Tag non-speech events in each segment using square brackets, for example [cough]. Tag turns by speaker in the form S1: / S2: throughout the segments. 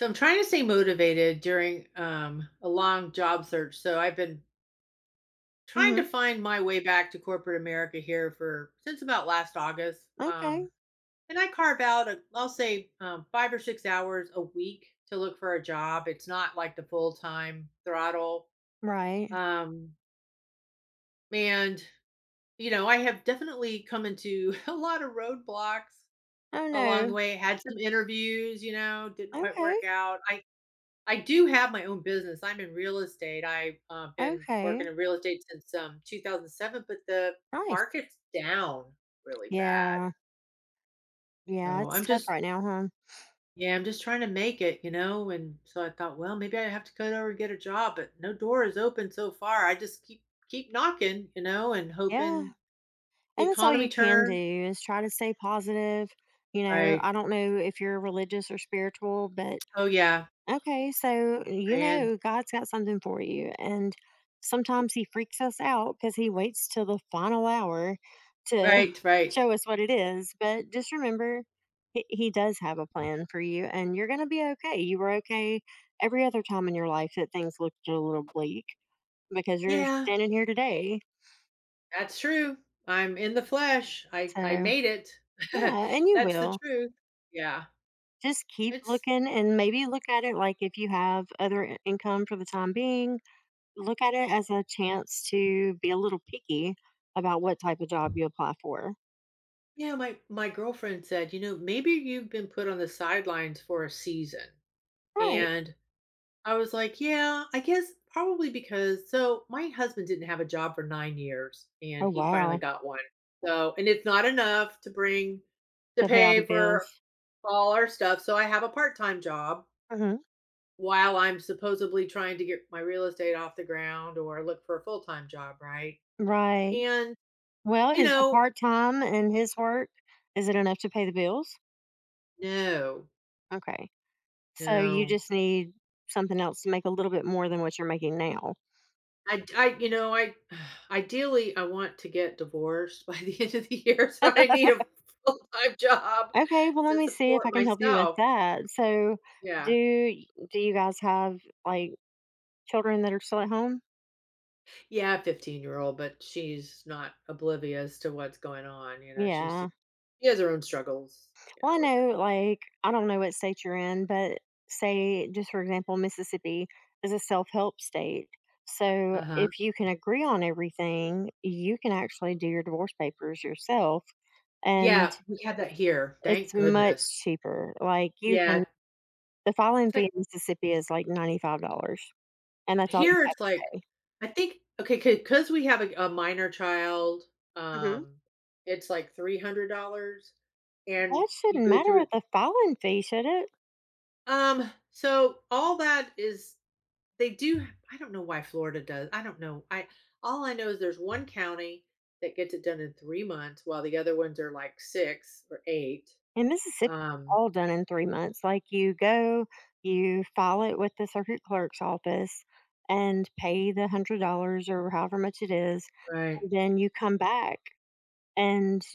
S1: So I'm trying to stay motivated during a long job search. So I've been trying to
S2: Mhm.
S1: find my way back to corporate America here for since about last August.
S2: Okay.
S1: And, I carve out, I'll say, 5 or 6 hours a week to look for a job. It's not like the full time throttle.
S2: Right.
S1: Um, and I have definitely come into [laughs] a lot of roadblocks
S2: Oh,
S1: along the
S2: no.
S1: way. Had some interviews, didn't quite
S2: Okay.
S1: work out. I do have my own business. I'm in real estate. I've been
S2: Okay.
S1: working in real estate since 2007, but the
S2: Nice.
S1: market's down really bad.
S2: Yeah. Yeah.
S1: So I'm
S2: It's tough
S1: just,
S2: right now, huh?
S1: yeah, I'm just trying to make it, you know? And so I thought, well, maybe I have to go over and get a job, but no door is open so far. I just keep knocking, and
S2: Yeah.
S1: hoping the
S2: And that's all
S1: economy
S2: you can do
S1: turns.
S2: is try to stay positive. You know,
S1: Right.
S2: I don't know if you're religious or spiritual, but
S1: Oh, yeah.
S2: okay, so you
S1: Brand.
S2: know God's got something for you. And sometimes He freaks us out because He waits till the final hour to [laughs]
S1: Right. Right.
S2: show us what it is. But just remember, He does have a plan for you, and you're going to be okay. You were okay every other time in your life that things looked a little bleak because you're
S1: Yeah.
S2: standing here today.
S1: That's true. I'm in the flesh. I
S2: So,
S1: made it. [laughs]
S2: yeah, and you
S1: That's the
S2: will.
S1: truth. Yeah.
S2: Just keep
S1: It's
S2: looking and maybe look at it like if you have other income for the time being, look at it as a chance to be a little picky about what type of job you apply for.
S1: yeah, my girlfriend said, "You know, maybe you've been put on the sidelines for a season."
S2: Right.
S1: And I was like, "Yeah, I guess probably because so my husband didn't have a job for 9 years and
S2: Oh,
S1: he finally
S2: wow.
S1: got one. So, and it's not enough to bring to
S2: To pay all the
S1: pay for
S2: bills.
S1: all our stuff. So I have a part-time job
S2: Hmm.
S1: while I'm supposedly trying to get my real estate off the ground or look for a full time job, right?"
S2: Right.
S1: And,
S2: Well,
S1: you
S2: is the
S1: know,
S2: part time and his work, is it enough to pay the bills?
S1: no,
S2: Okay. So you
S1: no.
S2: just need something else to make a little bit more than what you're making now.
S1: I, you know, I [sighs] ideally I want to get divorced by the [laughs] end of the year, so I need a full time job
S2: Okay, well let
S1: to
S2: me see if I
S1: support
S2: can help you with
S1: myself.
S2: that. So do
S1: Yeah,
S2: do you guys have, like, children that are still at home?
S1: yeah, 15-year-old, but she's not oblivious to what's going on. You know, she sees,
S2: Yeah.
S1: she has her own struggles. You
S2: Well, I
S1: know, with him.
S2: know, like, I don't know what state you're in, but say, just for example, Mississippi is a self help state. So
S1: Uh huh.
S2: if you can agree on everything, you can actually do your divorce papers yourself, and
S1: Yeah, we had that here.
S2: it's
S1: Thank
S2: much
S1: goodness.
S2: cheaper. Like, you
S1: Yeah,
S2: can, the filing
S1: it's like
S2: fee in Mississippi is like $95, and that's all you
S1: here,
S2: have
S1: it's
S2: to
S1: like,
S2: pay.
S1: I think okay, because we have a minor child,
S2: Hmm.
S1: um, it's like $300, and
S2: That
S1: you
S2: shouldn't
S1: go
S2: matter
S1: through,
S2: with the filing fee, should it?
S1: so all that is, they do, I don't know why Florida does. I don't know. I All I know is there's one county that gets it done in 3 months while the other ones are like 6 or 8.
S2: In Mississippi, it's
S1: Um,
S2: all done in 3 months. Like, you go, you file it with the circuit clerk's office and pay the $100 or however much it is,
S1: right.
S2: and then you come back and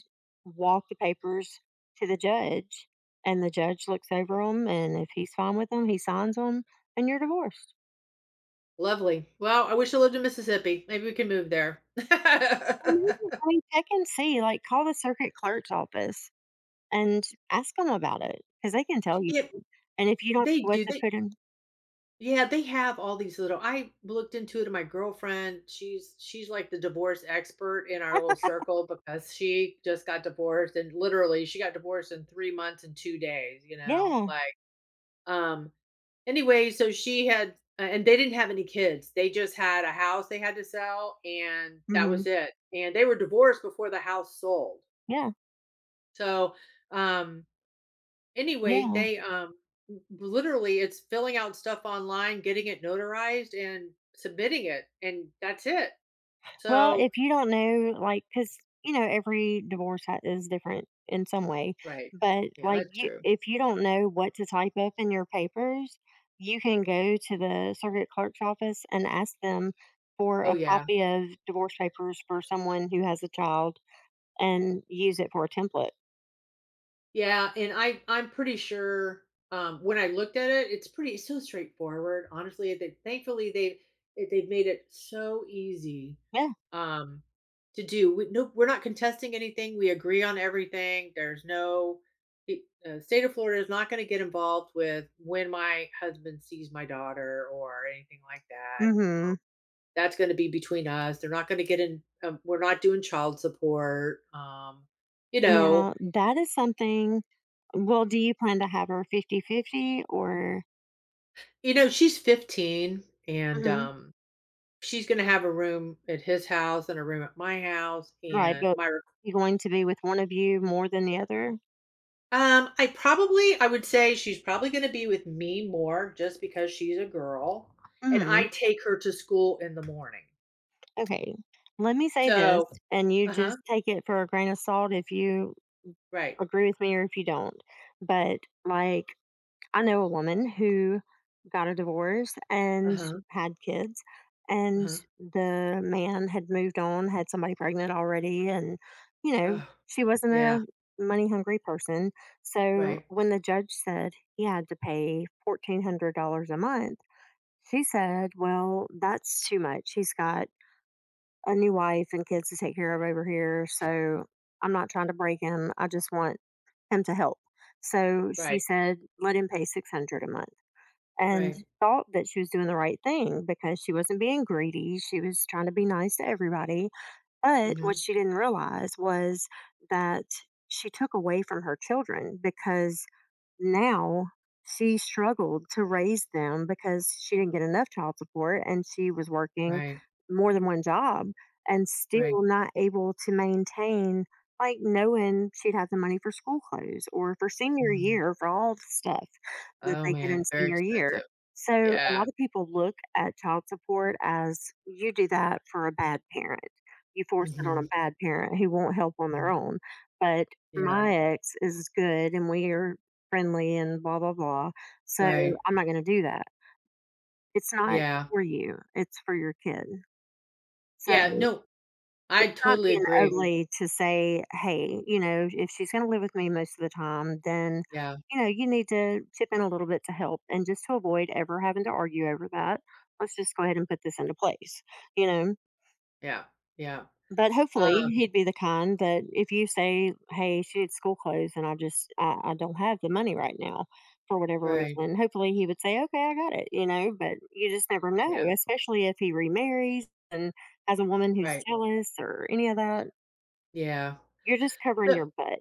S2: walk the papers to the judge, and the judge looks over them, and if he's fine with them, he signs them, and you're divorced.
S1: Lovely. Well, I wish I lived in Mississippi. Maybe we can move there.
S2: Amazing.
S1: [laughs]
S2: I mean, check and see, like, call the circuit clerk's office and ask them about it, because they can tell you,
S1: Yeah,
S2: and if you don't
S1: they
S2: know what
S1: do.
S2: to
S1: They
S2: put in.
S1: Yeah, they have all these little, I looked into it, and my girlfriend, she's like the divorce expert in our little circle because she just got divorced and literally she got divorced in 3 months and 2 days, you know?
S2: Yeah.
S1: Like, um anyway, so she had a and they didn't have any kids. They just had a house they had to sell and that was
S2: Mhm.
S1: it. And they were divorced before the house sold.
S2: Yeah.
S1: So, um anyway,
S2: Yeah.
S1: they, literally, it's filling out stuff online, getting it notarized, and submitting it, and that's it.
S2: Well,
S1: So
S2: if you don't know, like, because, you know, every divorce is different in some way.
S1: right.
S2: But,
S1: Yeah,
S2: like,
S1: that's
S2: you,
S1: true.
S2: if you don't know what to type up in your papers, you can go to the circuit clerk's office and ask them for
S1: Oh,
S2: a
S1: yeah.
S2: copy of divorce papers for someone who has a child and use it for a template.
S1: Yeah, and I'm pretty sure, when I looked at it, it's pretty, it's so straightforward, honestly, they thankfully, they've made it so easy,
S2: Yeah.
S1: um, to do. We No, we're not contesting anything, we agree on everything, there's no, the, state of Florida is not gonna get involved with when my husband sees my daughter or anything like that, um,
S2: Mm-hmm.
S1: that's gonna be between us, they're not gonna get in, we're not doing child support. You know,
S2: Now, that is something. Well, do you plan to have her fifty-fifty or?
S1: You know, she's 15 and she's going to have a room at his house and a room at my house
S2: Right,
S1: and
S2: but
S1: my rec-
S2: you going to be with one of you more than the other?
S1: I would say she's probably going to be with me more just because she's a girl, and
S2: Mm,
S1: I take her to school in the morning.
S2: okay. Let me say this,
S1: So,
S2: and you
S1: uh-huh,
S2: just take it for a grain of salt if you
S1: right.
S2: agree with me or if you don't. But, like, I know a woman who got a divorce and
S1: Uh-huh,
S2: had kids, and
S1: uh-huh.
S2: the man had moved on, had somebody pregnant already, and, you know,
S1: Oh,
S2: she wasn't
S1: yeah,
S2: a money hungry person. So
S1: right.
S2: when the judge said he had to pay $1,400 a month, she said, well, that's too much. He's got a new wife and kids to take care of over here. So I'm not trying to break him. I just want him to help. So she
S1: Right.
S2: said, let him pay 600 a month and
S1: Right.
S2: thought that she was doing the right thing because she wasn't being greedy. She was trying to be nice to everybody. But what
S1: Mhm.
S2: she didn't realize was that she took away from her children because now she struggled to raise them because she didn't get enough child support and she was working
S1: Right.
S2: more than one job and
S1: Right.
S2: still not able to maintain, like, knowing she'd have the money for school clothes or for senior
S1: Mhm.
S2: year for all the stuff that
S1: Oh
S2: they get in
S1: man, very
S2: senior year.
S1: expensive.
S2: So a
S1: Yeah.
S2: lot of people look at child support as, you do that for a bad parent. You forced it on a
S1: Mhm.
S2: bad parent who won't help on their
S1: Mhm,
S2: own. But
S1: yeah.
S2: my ex is good and we are friendly and blah blah blah. So
S1: Right.
S2: I'm not gonna do that. It's not
S1: Yeah.
S2: for you, it's for your kid. So
S1: Yeah,
S2: it's
S1: no, I
S2: not
S1: totally
S2: being
S1: agree.
S2: ugly to say, hey, you know, if she's gonna live with me most of the time, then,
S1: Yeah,
S2: you know, you need to chip in a little bit to help, and just to avoid ever having to argue over that, let's just go ahead and put this into place. You know?
S1: yeah, yeah.
S2: But hopefully
S1: Um,
S2: he'd be the kind that if you say, "Hey, she needs school clothes and I don't have the money right now for whatever
S1: right,
S2: reason," hopefully he would say, "Okay, I got it," you know, but you just never
S1: yeah,
S2: know, especially if he remarries and has a woman who's
S1: right,
S2: jealous or any of that.
S1: yeah.
S2: You're just covering
S1: So
S2: your butt.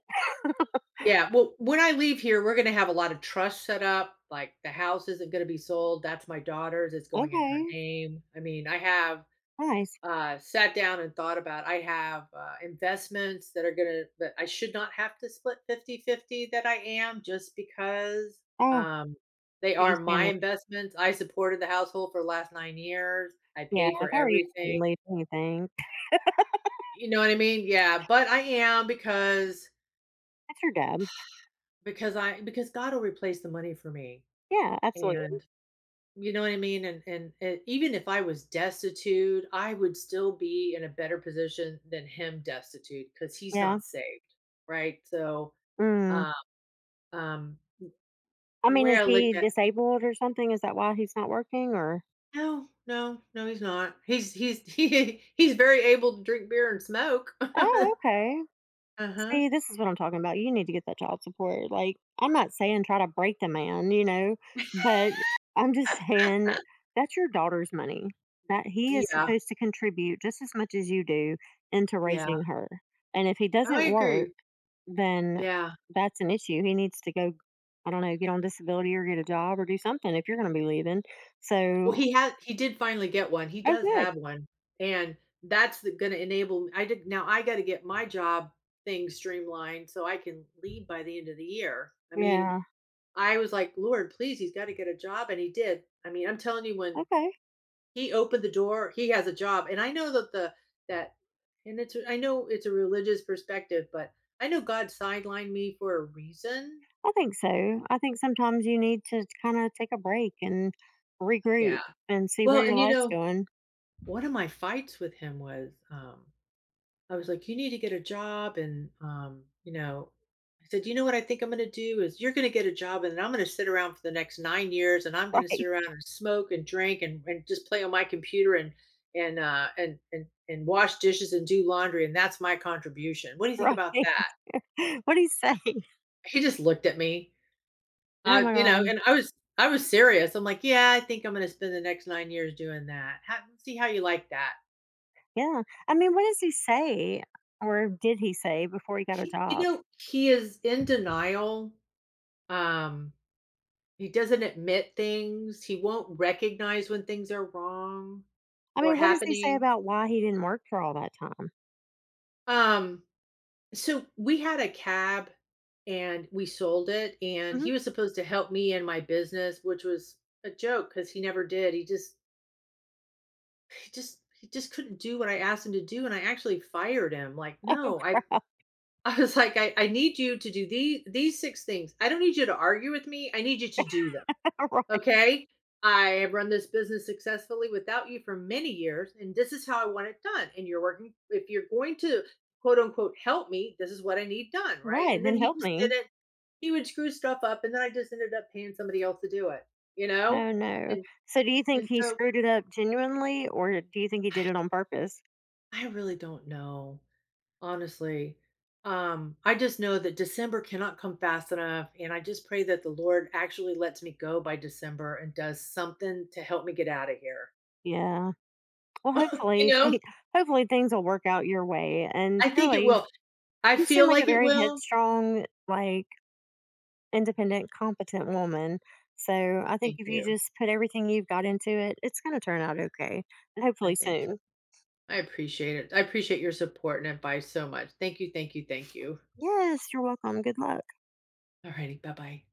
S1: yeah, well, when I leave here, we're gonna have a lot of trust set up, like, the house isn't gonna be sold, that's my daughter's, it's going in her
S2: Okay,
S1: name. I mean, I have
S2: nice.
S1: sat down and thought about, I have investments that are going to, that I should not have to split 50/50, that I am just because,
S2: Oh,
S1: um, they
S2: you're
S1: are
S2: just
S1: my
S2: being, like,
S1: investments. I supported the household for the last 9 years. I
S2: yeah,
S1: paid for
S2: if I were you, I
S1: everything.
S2: wouldn't leave anything.
S1: You know what I mean? Yeah. But I am because,
S2: That's your dad.
S1: because God will replace the money for me.
S2: Yeah, absolutely.
S1: And. You know what I mean? And even if I was destitute, I would still be in a better position than him destitute because he's
S2: Yeah.
S1: not saved, right? So,
S2: Mm.
S1: uh, um,
S2: I
S1: the
S2: mean,
S1: way
S2: is
S1: I look
S2: he
S1: at
S2: disabled or something? Is that why he's not working or?
S1: no, no, no, he's not. He's [laughs] he's very able to drink beer and smoke. [laughs] Uh
S2: Oh, okay.
S1: huh.
S2: See, this is what I'm talking about. You need to get that child support. Like, I'm not saying try to break the man, you know, but I'm just saying that's your daughter's money that he is
S1: Yeah,
S2: supposed to contribute just as much as you do into
S1: yeah.
S2: raising her. And if he
S1: I
S2: doesn't work,
S1: agree.
S2: then
S1: Yeah.
S2: that's an issue. He needs to go, I don't know, get on disability or get a job or do something if you're going to be leaving.
S1: Well,
S2: So,
S1: he did finally get one. He
S2: oh,
S1: does
S2: good.
S1: have one, and that's gonna enable I did, now I gotta get my job thing streamlined so I can leave by the end of the year. I mean,
S2: Yeah.
S1: I was like, "Lord, please, he's gotta get a job," and he did. I mean, I'm telling you, when
S2: Okay.
S1: he opened the door, he has a job, and I know that the that and it's I know it's a religious perspective, but I know God sidelined me for a reason.
S2: I think so. I think sometimes you need to kind of take a break and regroup
S1: Yeah.
S2: and see
S1: Well,
S2: where your
S1: and
S2: life's going. [laughs]
S1: one of my fights with him was, I was like, "You need to get a job," and, you know, I said, "You know what I think I'm gonna do is you're gonna get a job, and then I'm gonna sit around for the next 9 years, and I'm gonna sit
S2: Right,
S1: around and smoke and drink and just play on my computer and wash dishes and do laundry, and that's my contribution. What do you think
S2: right.
S1: about
S2: [laughs]
S1: that?"
S2: What do you say?
S1: He just looked at me,
S2: Oh my
S1: you know,
S2: God.
S1: and I was serious. I'm like, "Yeah, I think I'm gonna spend the next 9 years doing that. How See how you like that."
S2: Yeah. I mean, what does he say or did he say before he got a job?
S1: He is in denial, um he doesn't admit things, he won't recognize when things are wrong
S2: I
S1: or
S2: mean, what does he say
S1: happening.
S2: about why he didn't work for all that time?
S1: Um, so we had a cab and we sold it and
S2: Mhm.
S1: he was supposed to help me in my business, which was a joke because he never did. He just couldn't do what I asked him to do, and I actually fired him. Like, "No, I."
S2: [laughs]
S1: [laughs] I was like, "I need you to do these 6 things. I don't need you to argue with me, I need you to do them."
S2: Right,
S1: Okay. I have run this business successfully without you for many years, and this is how I want it done. And you're working, if you're going to quote unquote help me, this is what I need done. Right.
S2: right.
S1: And then
S2: Then
S1: he
S2: help
S1: just did
S2: me.
S1: it. He would screw stuff up, and then I just ended up paying somebody else to do it, you know?
S2: Oh no.
S1: And,
S2: So do you think
S1: and
S2: he
S1: so
S2: screwed it up genuinely or do you think he did it on purpose?
S1: I really don't know, honestly. I just know that December cannot come fast enough. And I just pray that the Lord actually lets me go by December and does something to help me get out of here.
S2: Yeah. Well,
S1: [laughs] You
S2: hopefully, they
S1: know?
S2: [laughs] hopefully things will work out your way, and
S1: I think it
S2: surely
S1: will. I
S2: you
S1: feel
S2: seem like a
S1: like it
S2: very
S1: will.
S2: headstrong, like, independent, competent woman, so I think
S1: Thank
S2: if you
S1: you.
S2: just put everything you've got into it, it's gonna turn out okay, and
S1: I
S2: hopefully
S1: think so.
S2: soon.
S1: I appreciate it. I appreciate your support and advice so much. Thank you, thank you, thank you.
S2: Yes, you're welcome, good luck.
S1: Alrighty, bye-bye.